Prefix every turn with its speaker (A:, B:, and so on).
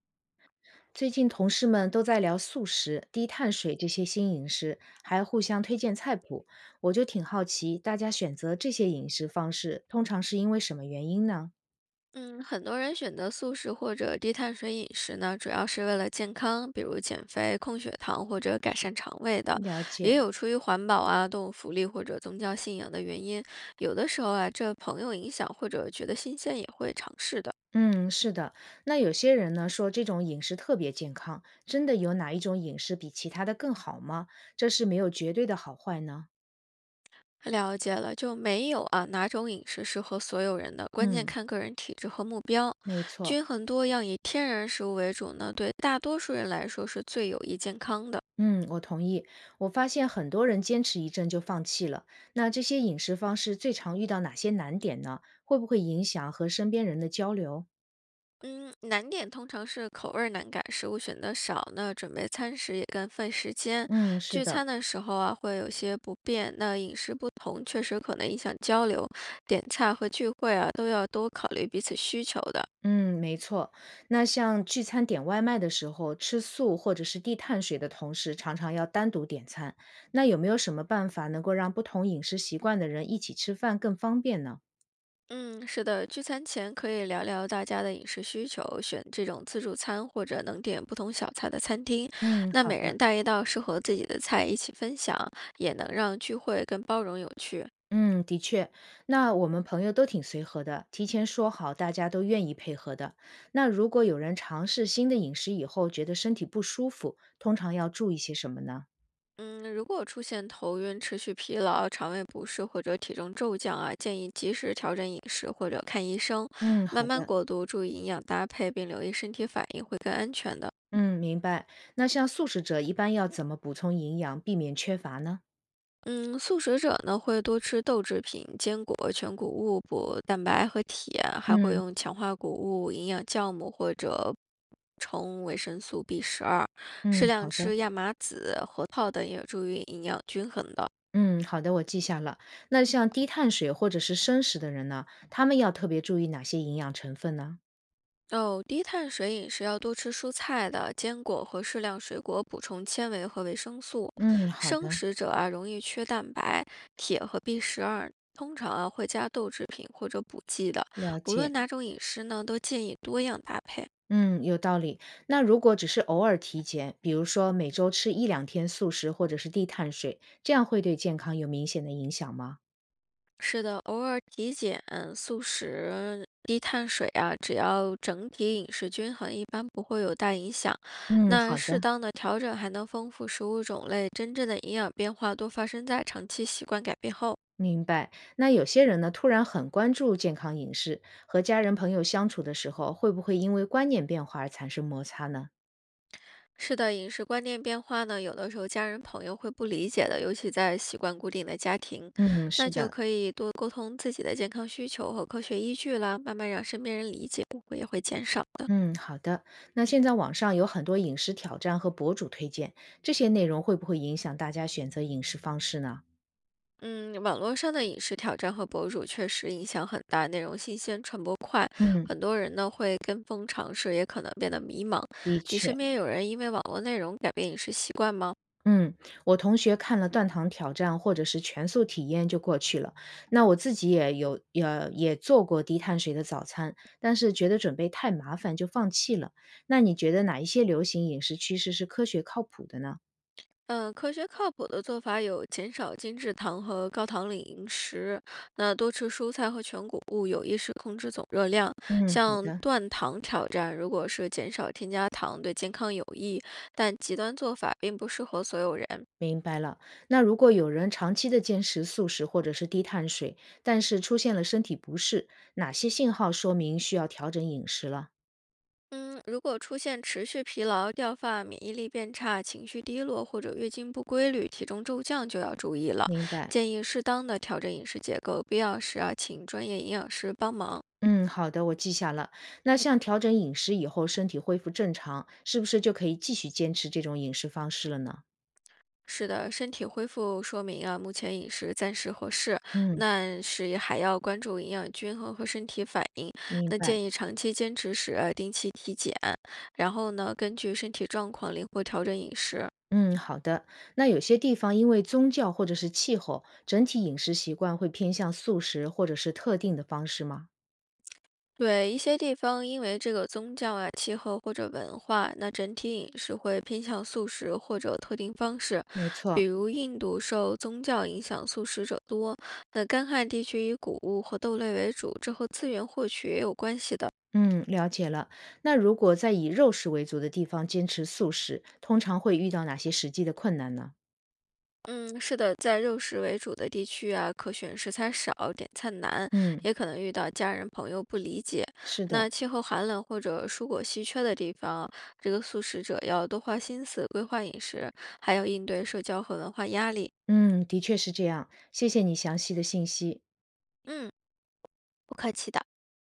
A: 最近同事们都在聊素食、低碳水这些新饮食，还互相推荐菜谱。我就挺好奇，大家选择这些饮食方式，通常是因为什么原因呢？
B: 嗯，很多人选择素食或者低碳水饮食呢，主要是为了健康，比如减肥、控血糖或者改善肠胃的，
A: 了解，
B: 也有出于环保啊、动物福利或者宗教信仰的原因。有的时候啊，这朋友影响或者觉得新鲜也会尝试的。
A: 嗯，是的。那有些人呢说这种饮食特别健康，真的有哪一种饮食比其他的更好吗？这是没有绝对的好坏呢。
B: 了解了，就没有啊哪种饮食适合所有人的，关键
A: 嗯，
B: 看个人体质和目标。
A: 没错。
B: 均衡多样，以天然食物为主呢，对大多数人来说是最有益健康的。
A: 嗯，我同意。我发现很多人坚持一阵就放弃了。那这些饮食方式最常遇到哪些难点呢？会不会影响和身边人的交流？
B: 嗯，难点通常是口味儿难改，食物选的少，那准备餐时也更费时间。
A: 嗯，是
B: 聚
A: 的，
B: 餐的时候啊，会有些不便，那饮食不同确实可能影响交流。点菜和聚会啊，都要多考虑彼此需求的。
A: 嗯，没错。那像聚餐点外卖的时候，吃素或者是低碳水的同时，常常要单独点餐。那有没有什么办法能够让不同饮食习惯的人一起吃饭更方便呢？
B: 嗯，是的，聚餐前可以聊聊大家的饮食需求，选这种自助餐或者能点不同小菜的餐厅。
A: 嗯，
B: 那
A: 好
B: 每人
A: 的。
B: 带一道适合自己的菜一起分享，也能让聚会更包容有趣。
A: 嗯，的确，那我们朋友都挺随和的，提前说好，大家都愿意配合的。那如果有人尝试新的饮食以后觉得身体不舒服，通常要注意些什么呢？
B: 嗯，如果出现头晕、持续疲劳、肠胃不适或者体重骤降啊，建议及时调整饮食或者看医生，
A: 嗯，
B: 慢
A: 好
B: 慢
A: 的，
B: 过渡，注意营养搭配，并留意身体反应会更安全的。
A: 嗯，明白。那像素食者一般要怎么补充营养，避免缺乏呢？
B: 嗯，素食者呢会多吃豆制品、坚果、全谷物补蛋白和铁，还会
A: 嗯
B: 用强化谷物、营养酵母或者补充维生素 B 十二，
A: 嗯，
B: 适量
A: 好的，
B: 吃亚麻籽、核桃等，有助于营养均衡的。
A: 嗯好的，我记下了。那像低碳水或者是生食的人呢，他们要特别注意哪些营养成分呢？
B: 哦，低碳水饮食要多吃蔬菜的、坚果和适量水果，补充纤维和维生素。
A: 嗯，好
B: 生
A: 的，
B: 食者啊，容易缺蛋白、铁和 B 十二，通常啊会加豆制品或者补剂的。
A: 了
B: 无
A: 解。
B: 论哪种饮食呢，都建议多样搭配。
A: 嗯，有道理。那如果只是偶尔体检，比如说每周吃一两天素食或者是低碳水，这样会对健康有明显的影响吗？
B: 是的，偶尔体检、素食、低碳水啊，只要整体饮食均衡，一般不会有大影响。
A: 嗯，
B: 那
A: 好
B: 适
A: 的，
B: 当的调整还能丰富食物种类，真正的营养变化多发生在长期习惯改变后。
A: 明白。那有些人呢，突然很关注健康饮食，和家人朋友相处的时候，会不会因为观念变化而产生摩擦呢？
B: 是的，饮食观念变化呢，有的时候家人朋友会不理解的，尤其在习惯固定的家庭，
A: 嗯，
B: 那
A: 是
B: 就
A: 的。
B: 可以多沟通自己的健康需求和科学依据啦，慢慢让身边人理解，误会也会减少的。
A: 嗯，好的。那现在网上有很多饮食挑战和博主推荐，这些内容会不会影响大家选择饮食方式呢？
B: 嗯，网络上的饮食挑战和博主确实影响很大，内容新鲜，传播快，
A: 嗯，
B: 很多人呢会跟风尝试，也可能变得迷茫。
A: 的
B: 你
A: 确。
B: 身边有人因为网络内容改变饮食习惯吗？
A: 嗯，我同学看了断糖挑战或者是全素体验就过去了。那我自己也有也做过低碳水的早餐，但是觉得准备太麻烦就放弃了。那你觉得哪一些流行饮食趋势是科学靠谱的呢？
B: 嗯，科学靠谱的做法有减少精制糖和高糖类饮食，那多吃蔬菜和全谷物，有意识控制总热量。
A: 嗯，好
B: 像
A: 的，
B: 断糖挑战，如果是减少添加糖，对健康有益，但极端做法并不适合所有人。
A: 明白了。那如果有人长期的坚持素食或者是低碳水，但是出现了身体不适，哪些信号说明需要调整饮食了？
B: 嗯，如果出现持续疲劳、掉发、免疫力变差、情绪低落或者月经不规律、体重骤降，就要注意了。
A: 明白。
B: 建议适当的调整饮食结构，必要时啊，请专业营养师帮忙。
A: 嗯，好的，我记下了。那像调整饮食以后，身体恢复正常，是不是就可以继续坚持这种饮食方式了呢？
B: 是的，身体恢复说明啊，目前饮食暂时合适，
A: 嗯，
B: 那是也还要关注营养均衡和身体反应。
A: 明
B: 那
A: 白。
B: 建议长期坚持时啊定期体检，然后呢，根据身体状况灵活调整饮食。
A: 嗯，好的。那有些地方因为宗教或者是气候，整体饮食习惯会偏向素食或者是特定的方式吗？
B: 对一些地方，因为这个宗教啊、气候或者文化，那整体饮食会偏向素食或者特定方式。
A: 没错。
B: 比如印度受宗教影响，素食者多；那干旱地区以谷物和豆类为主，这和资源获取也有关系的。
A: 嗯，了解了。那如果在以肉食为主的地方坚持素食，通常会遇到哪些实际的困难呢？
B: 嗯，是的，在肉食为主的地区啊，可选食材少，点菜难，
A: 嗯，
B: 也可能遇到家人朋友不理解。
A: 是的。
B: 那气候寒冷或者蔬果稀缺的地方，这个素食者要多花心思规划饮食，还要应对社交和文化压力。
A: 嗯，的确是这样。谢谢你详细的信息。
B: 嗯，不客气的。